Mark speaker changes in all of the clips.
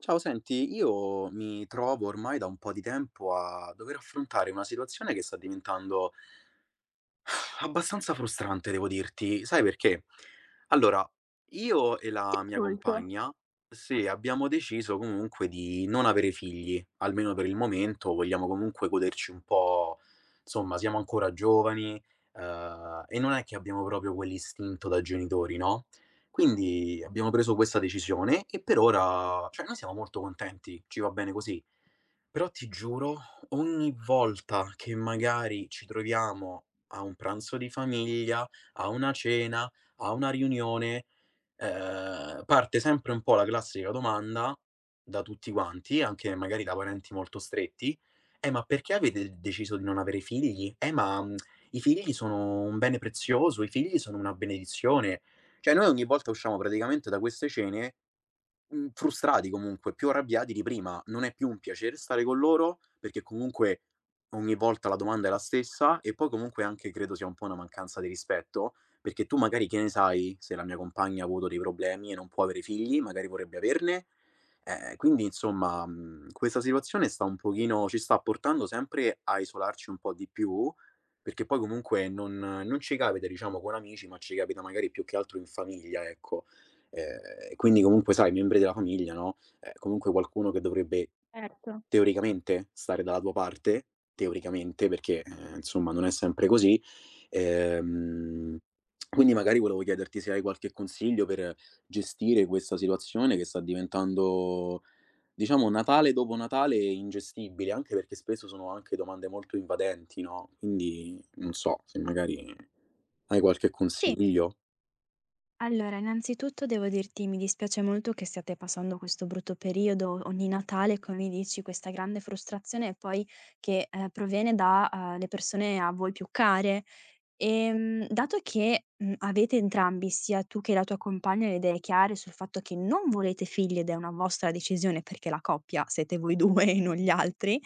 Speaker 1: Ciao, senti, io mi trovo ormai da un po' di tempo a dover affrontare una situazione che sta diventando abbastanza frustrante devo dirti, sai perché? Allora, io e la mia
Speaker 2: Molto,
Speaker 1: compagna, sì, abbiamo deciso comunque di non avere figli, almeno per il momento, vogliamo comunque goderci un po', insomma, siamo ancora giovani, e non è che abbiamo proprio quell'istinto da genitori, no, quindi abbiamo preso questa decisione e per ora cioè noi siamo molto contenti, ci va bene così. Però ti giuro, ogni volta che magari ci troviamo a un pranzo di famiglia, a una cena, a una riunione, parte sempre un po' la classica domanda da tutti quanti, anche magari da parenti molto stretti: ma perché avete deciso di non avere figli? Ma, i figli sono un bene prezioso, i figli sono una benedizione". Cioè, noi ogni volta usciamo praticamente da queste cene frustrati comunque, più arrabbiati di prima. Non è più un piacere stare con loro, perché comunque ogni volta la domanda è la stessa e poi comunque anche credo sia un po' una mancanza di rispetto, perché tu magari che ne sai se la mia compagna ha avuto dei problemi e non può avere figli, magari vorrebbe averne. Quindi insomma, questa situazione sta un pochino ci sta portando sempre a isolarci un po' di più, perché poi comunque non ci capita diciamo con amici, ma ci capita magari più che altro in famiglia, ecco. Quindi comunque sai, membri della famiglia, no, comunque qualcuno che dovrebbe
Speaker 2: certo.
Speaker 1: teoricamente stare dalla tua parte, teoricamente perché, insomma non è sempre così. Ehm, quindi magari volevo chiederti se hai qualche consiglio per gestire questa situazione che sta diventando, diciamo, Natale dopo Natale ingestibile, anche perché spesso sono anche domande molto invadenti, no, quindi non so se magari hai qualche
Speaker 2: Sì,
Speaker 1: consiglio.
Speaker 2: allora innanzitutto devo dirti mi dispiace molto che stiate passando questo brutto periodo, ogni Natale, come mi dici, questa grande frustrazione e poi che, proviene da, le persone a voi più care. Dato che, mhmm, avete entrambi, sia tu che la tua compagna, le idee chiare sul fatto che non volete figli ed è una vostra decisione perché la coppia siete voi 2 e non gli altri,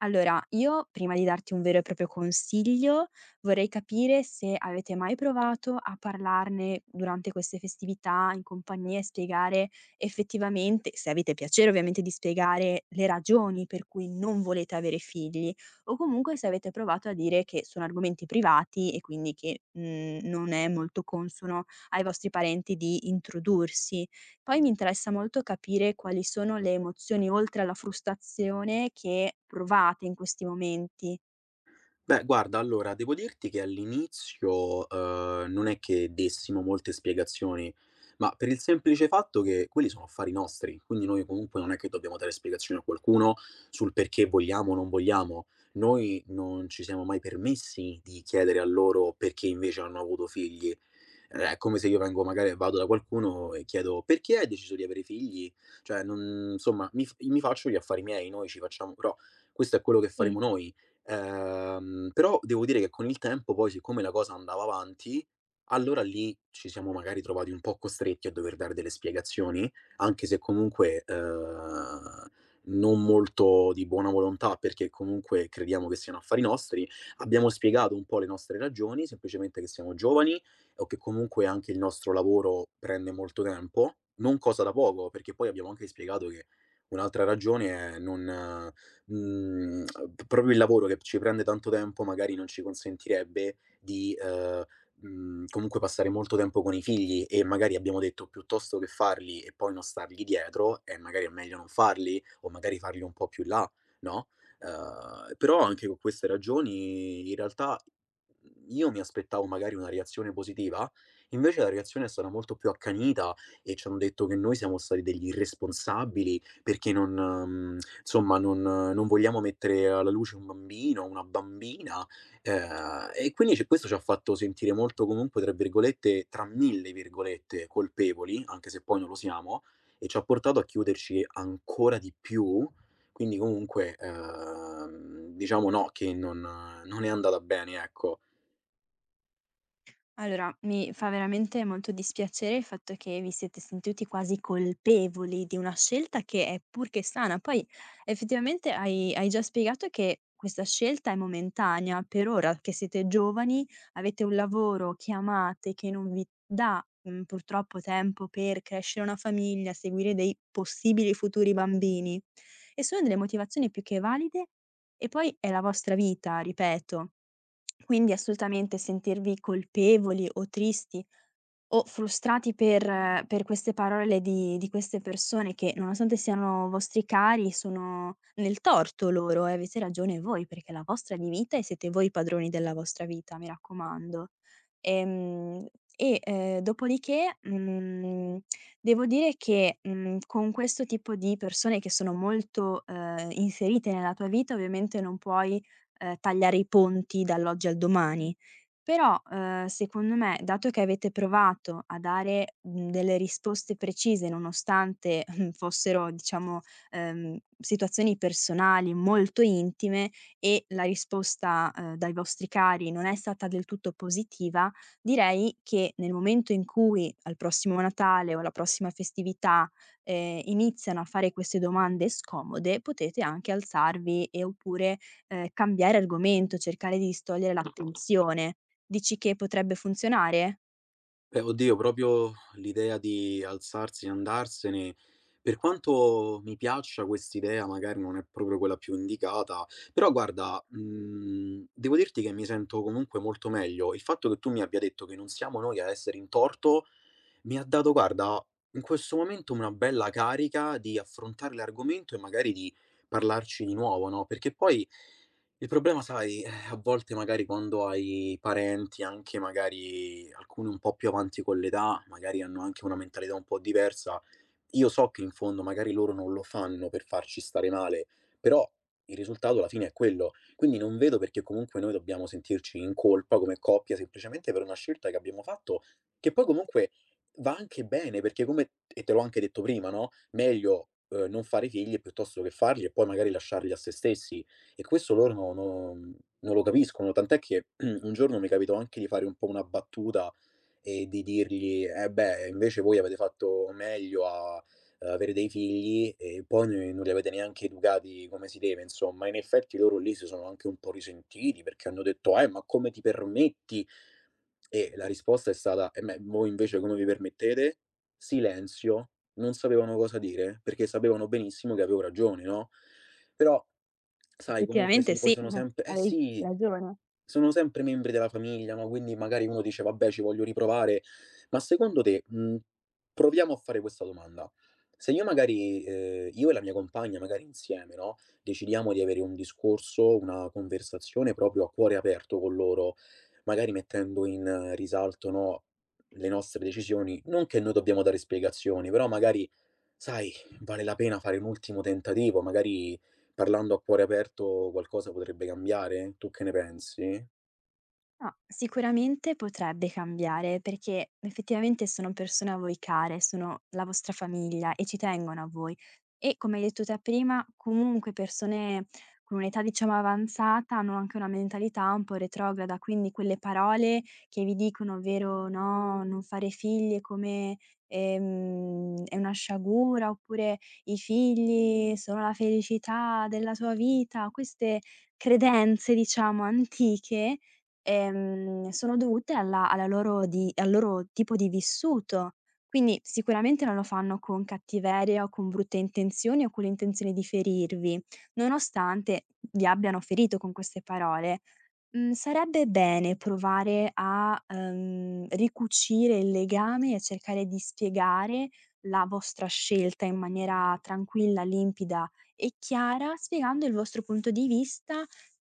Speaker 2: allora io, prima di darti un vero e proprio consiglio, vorrei capire se avete mai provato a parlarne durante queste festività in compagnia e spiegare effettivamente se avete piacere ovviamente di spiegare le ragioni per cui non volete avere figli o comunque se avete provato a dire che sono argomenti privati e quindi che, mhmm, non è molto consono ai vostri parenti di introdursi. Poi mi interessa molto capire quali sono le emozioni oltre alla frustrazione che provate in questi momenti.
Speaker 1: Beh, guarda, allora devo dirti che all'inizio, non è che dessimo molte spiegazioni, ma per il semplice fatto che quelli sono affari nostri, quindi noi comunque non è che dobbiamo dare spiegazioni a qualcuno sul perché vogliamo o non vogliamo. Noi non ci siamo mai permessi di chiedere a loro perché invece hanno avuto figli. È come se io vengo magari vado da qualcuno e chiedo: "Perché hai deciso di avere figli?" Cioè non insomma mi faccio gli affari miei, noi ci facciamo però questo è quello che
Speaker 2: Sì.
Speaker 1: faremo noi. Però devo dire che con il tempo poi, siccome la cosa andava avanti, allora lì ci siamo magari trovati un po' costretti a dover dare delle spiegazioni, anche se comunque, non molto di buona volontà, perché comunque crediamo che siano affari nostri. Abbiamo spiegato un po' le nostre ragioni, semplicemente che siamo giovani o che comunque anche il nostro lavoro prende molto tempo, non cosa da poco, perché poi abbiamo anche spiegato che un'altra ragione è non mhmm, p proprio il lavoro che ci prende tanto tempo magari non ci consentirebbe di, comunque passare molto tempo con i figli e magari abbiamo detto: "Piuttosto che farli e poi non stargli dietro, magari è meglio non farli o magari farli un po' più in là", no, però anche con queste ragioni in realtà, io mi aspettavo magari una reazione positiva, invece la reazione è stata molto più accanita e ci han detto che noi siamo stati degli irresponsabili perché non mhmm, insomma non vogliamo mettere alla luce un bambino, una bambina, e quindi ci questo ci ha fatto sentire molto comunque, tra virgolette, tra mille virgolette, "colpevoli", anche se poi non lo siamo, e ci ha portato a chiuderci ancora di più. Quindi comunque, diciamo no, che non è andata bene, ecco.
Speaker 2: Allora, mi fa veramente molto dispiacere il fatto che vi siete sentiti quasi colpevoli di una scelta che è pur che sana. Poi effettivamente hai, hai già spiegato che questa scelta è momentanea, per ora che siete giovani, avete un lavoro che amate, che non vi dà mm, purtroppo tempo per crescere una famiglia, seguire dei possibili futuri bambini. E sono delle motivazioni più che valide e poi è la vostra vita, ripeto. Quindi assolutamente sentirvi colpevoli o tristi o frustrati per queste parole di queste persone che, nonostante siano vostri cari, sono nel torto loro e avete ragione voi, perché è la vostra di vita e siete voi i padroni della vostra vita, mi raccomando. Ehm, e, dopodiché, mhmm, devo dire che, mhmm, con questo tipo di persone che sono molto, inserite nella tua vita, ovviamente non puoi tagliare i ponti dall'oggi al domani. Però, secondo me, dato che avete provato a dare, mhmm, delle risposte precise nonostante fossero diciamo, situazioni personali molto intime e la risposta, dai vostri cari non è stata del tutto positiva, direi che nel momento in cui al prossimo Natale o alla prossima festività, iniziano a fare queste domande scomode, potete anche alzarvi e oppure cambiare argomento, cercare di distogliere l'attenzione. Dici che potrebbe funzionare?
Speaker 1: Beh, oddio, proprio l'idea di alzarsi e andarsene, per quanto mi piaccia quest'idea, magari non è proprio quella più indicata, però guarda, devo dirti che mi sento comunque molto meglio. Il fatto che tu mi abbia detto che non siamo noi a essere in torto, mi ha dato, guarda, in questo momento una bella carica di affrontare l'argomento e magari di parlarci di nuovo, no, perché poi il problema sai a volte magari quando hai parenti, anche magari alcuni un po' più avanti con l'età, magari hanno anche una mentalità un po' diversa, io so che in fondo magari loro non lo fanno per farci stare male, però il risultato alla fine è quello. Quindi non vedo perché comunque noi dobbiamo sentirci in colpa come coppia, semplicemente per una scelta che abbiamo fatto, che poi comunque va anche bene, perché come e te l'ho anche detto prima, no, meglio, non fare figli piuttosto che farli e poi magari lasciarli a se stessi. E questo loro no non lo capiscono, tant'è che un giorno mi capitò anche di fare un po' una battuta e di dirgli: "Eh beh, invece voi avete fatto meglio a avere dei figli e poi n non li avete neanche educati come si deve", insomma. In effetti loro lì si sono anche un po' risentiti perché hanno detto: ma come ti permetti?" E la risposta è stata: me voi invece come vi permettete?" Silenzio. Non sapevano cosa dire, perché sapevano benissimo che avevo ragione, no? Però sai comunque
Speaker 2: Effettivamente
Speaker 1: sì, poi
Speaker 2: sì,
Speaker 1: sono sempre eh
Speaker 2: avevi
Speaker 1: sì,
Speaker 2: ragione.
Speaker 1: sono sempre membri della famiglia, no, quindi magari uno dice: "Vabbè, ci voglio riprovare". Ma secondo te, proviamo a fare questa domanda: se io e la mia compagna magari insieme, no, decidiamo di avere un discorso, una conversazione proprio a cuore aperto con loro, magari mettendo in risalto, no, le nostre decisioni, non che noi dobbiamo dare spiegazioni, però magari, sai, vale la pena fare un ultimo tentativo, magari parlando a cuore aperto qualcosa potrebbe cambiare? Tu che ne pensi?
Speaker 2: No, sicuramente potrebbe cambiare perché effettivamente sono persone a voi care, sono la vostra famiglia e ci tengono a voi. E come hai detto te prima, comunque persone con un'età diciamo avanzata hanno anche una mentalità un po' retrograda, quindi quelle parole che vi dicono, ovvero no, non fare figli è come è una sciagura, oppure i figli sono la felicità della tua vita, queste credenze diciamo antiche. Sono dovute alla loro di al loro tipo di vissuto. Quindi sicuramente non lo fanno con cattiveria o con brutte intenzioni o con l'intenzione di ferirvi, nonostante vi abbiano ferito con queste parole. Mhmm, sarebbe bene provare a, ricucire il legame e a cercare di spiegare la vostra scelta in maniera tranquilla, limpida e chiara, spiegando il vostro punto di vista,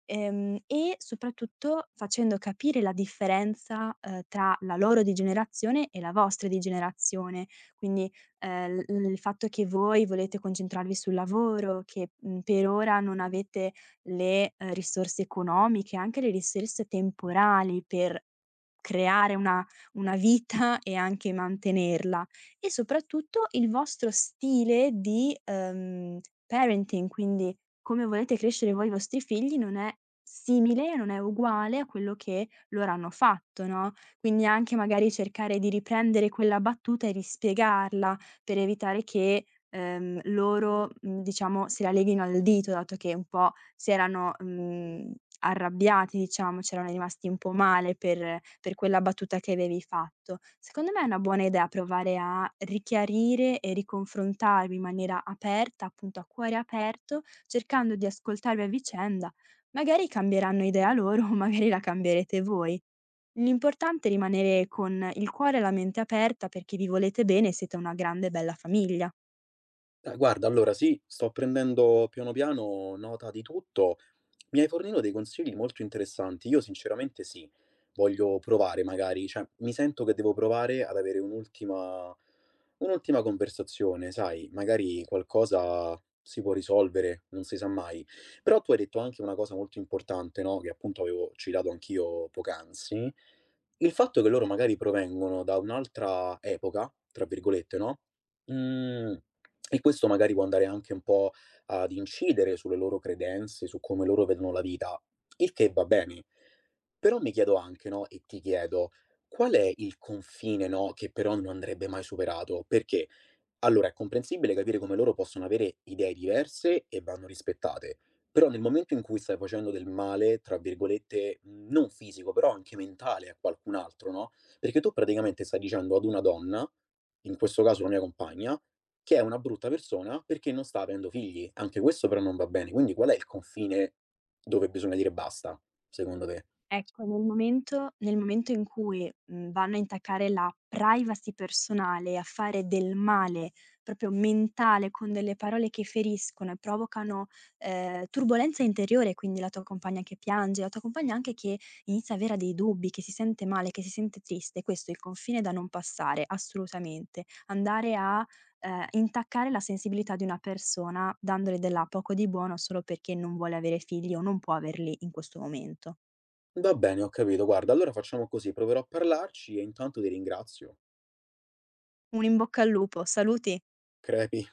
Speaker 2: e soprattutto facendo capire la differenza, tra la loro di generazione e la vostra di generazione. Quindi, l il fatto che voi volete concentrarvi sul lavoro, che, mhmm, per ora non avete le, risorse economiche, anche le risorse temporali per creare una vita e anche mantenerla, e soprattutto il vostro stile di, parenting, quindi come volete crescere voi i vostri figli non è simile, non è uguale a quello che loro hanno fatto, no, quindi anche magari cercare di riprendere quella battuta e rispiegarla per evitare che, loro, mhmm, diciamo se la leghino al dito, dato che un po' si erano, mhmm, arrabbiati diciamo, c'erano rimasti un po' male per quella battuta che avevi fatto. Secondo me è una buona idea provare a richiarire e riconfrontarvi in maniera aperta, appunto a cuore aperto, cercando di ascoltarvi a vicenda. Magari cambieranno idea loro, o magari la cambierete voi. L'importante è rimanere con il cuore e la mente aperta perché vi volete bene e siete una grande e bella famiglia.
Speaker 1: Guarda, allora sì, sto prendendo piano piano nota di tutto, mi hai fornito dei consigli molto interessanti. Io sinceramente sì, voglio provare magari, cioè mi sento che devo provare ad avere un'ultima conversazione, sai, magari qualcosa si può risolvere, non si sa mai. Però tu hai detto anche una cosa molto importante, no, che appunto avevo citato anch'io poc'anzi, il fatto che loro magari provengono da un'altra "epoca", tra virgolette, no, mhmm, e questo magari può andare anche un po' ad incidere sulle loro credenze, su come loro vedono la vita, il che va bene. Però mi chiedo anche, no, e ti chiedo, qual è il confine, no, che però non andrebbe mai superato? Perché allora, è comprensibile capire come loro possono avere idee diverse e vanno rispettate, però nel momento in cui stai facendo del male, tra virgolette, non fisico, però anche mentale a qualcun altro, no? Perché tu praticamente stai dicendo ad una donna, in questo caso la mia compagna, che è una brutta persona perché non sta avendo figli. Anche questo però non va bene. Quindi qual è il confine dove bisogna dire basta, secondo te?
Speaker 2: Ecco, nel momento in cui, mhmm, vanno a intaccare la privacy personale, a fare del male proprio mentale con delle parole che feriscono e provocano, turbolenza interiore, quindi la tua compagna che piange, la tua compagna anche che inizia ad avere dei dubbi, che si sente male, che si sente triste, questo è il confine da non passare, assolutamente. Andare a, intaccare la sensibilità di una persona dandole della poco di buono solo perché non vuole avere figli o non può averli in questo momento.
Speaker 1: Va bene, ho capito. Guarda, allora facciamo così, proverò a parlarci e intanto ti ringrazio.
Speaker 2: Un in bocca al lupo, saluti.
Speaker 1: Crepi.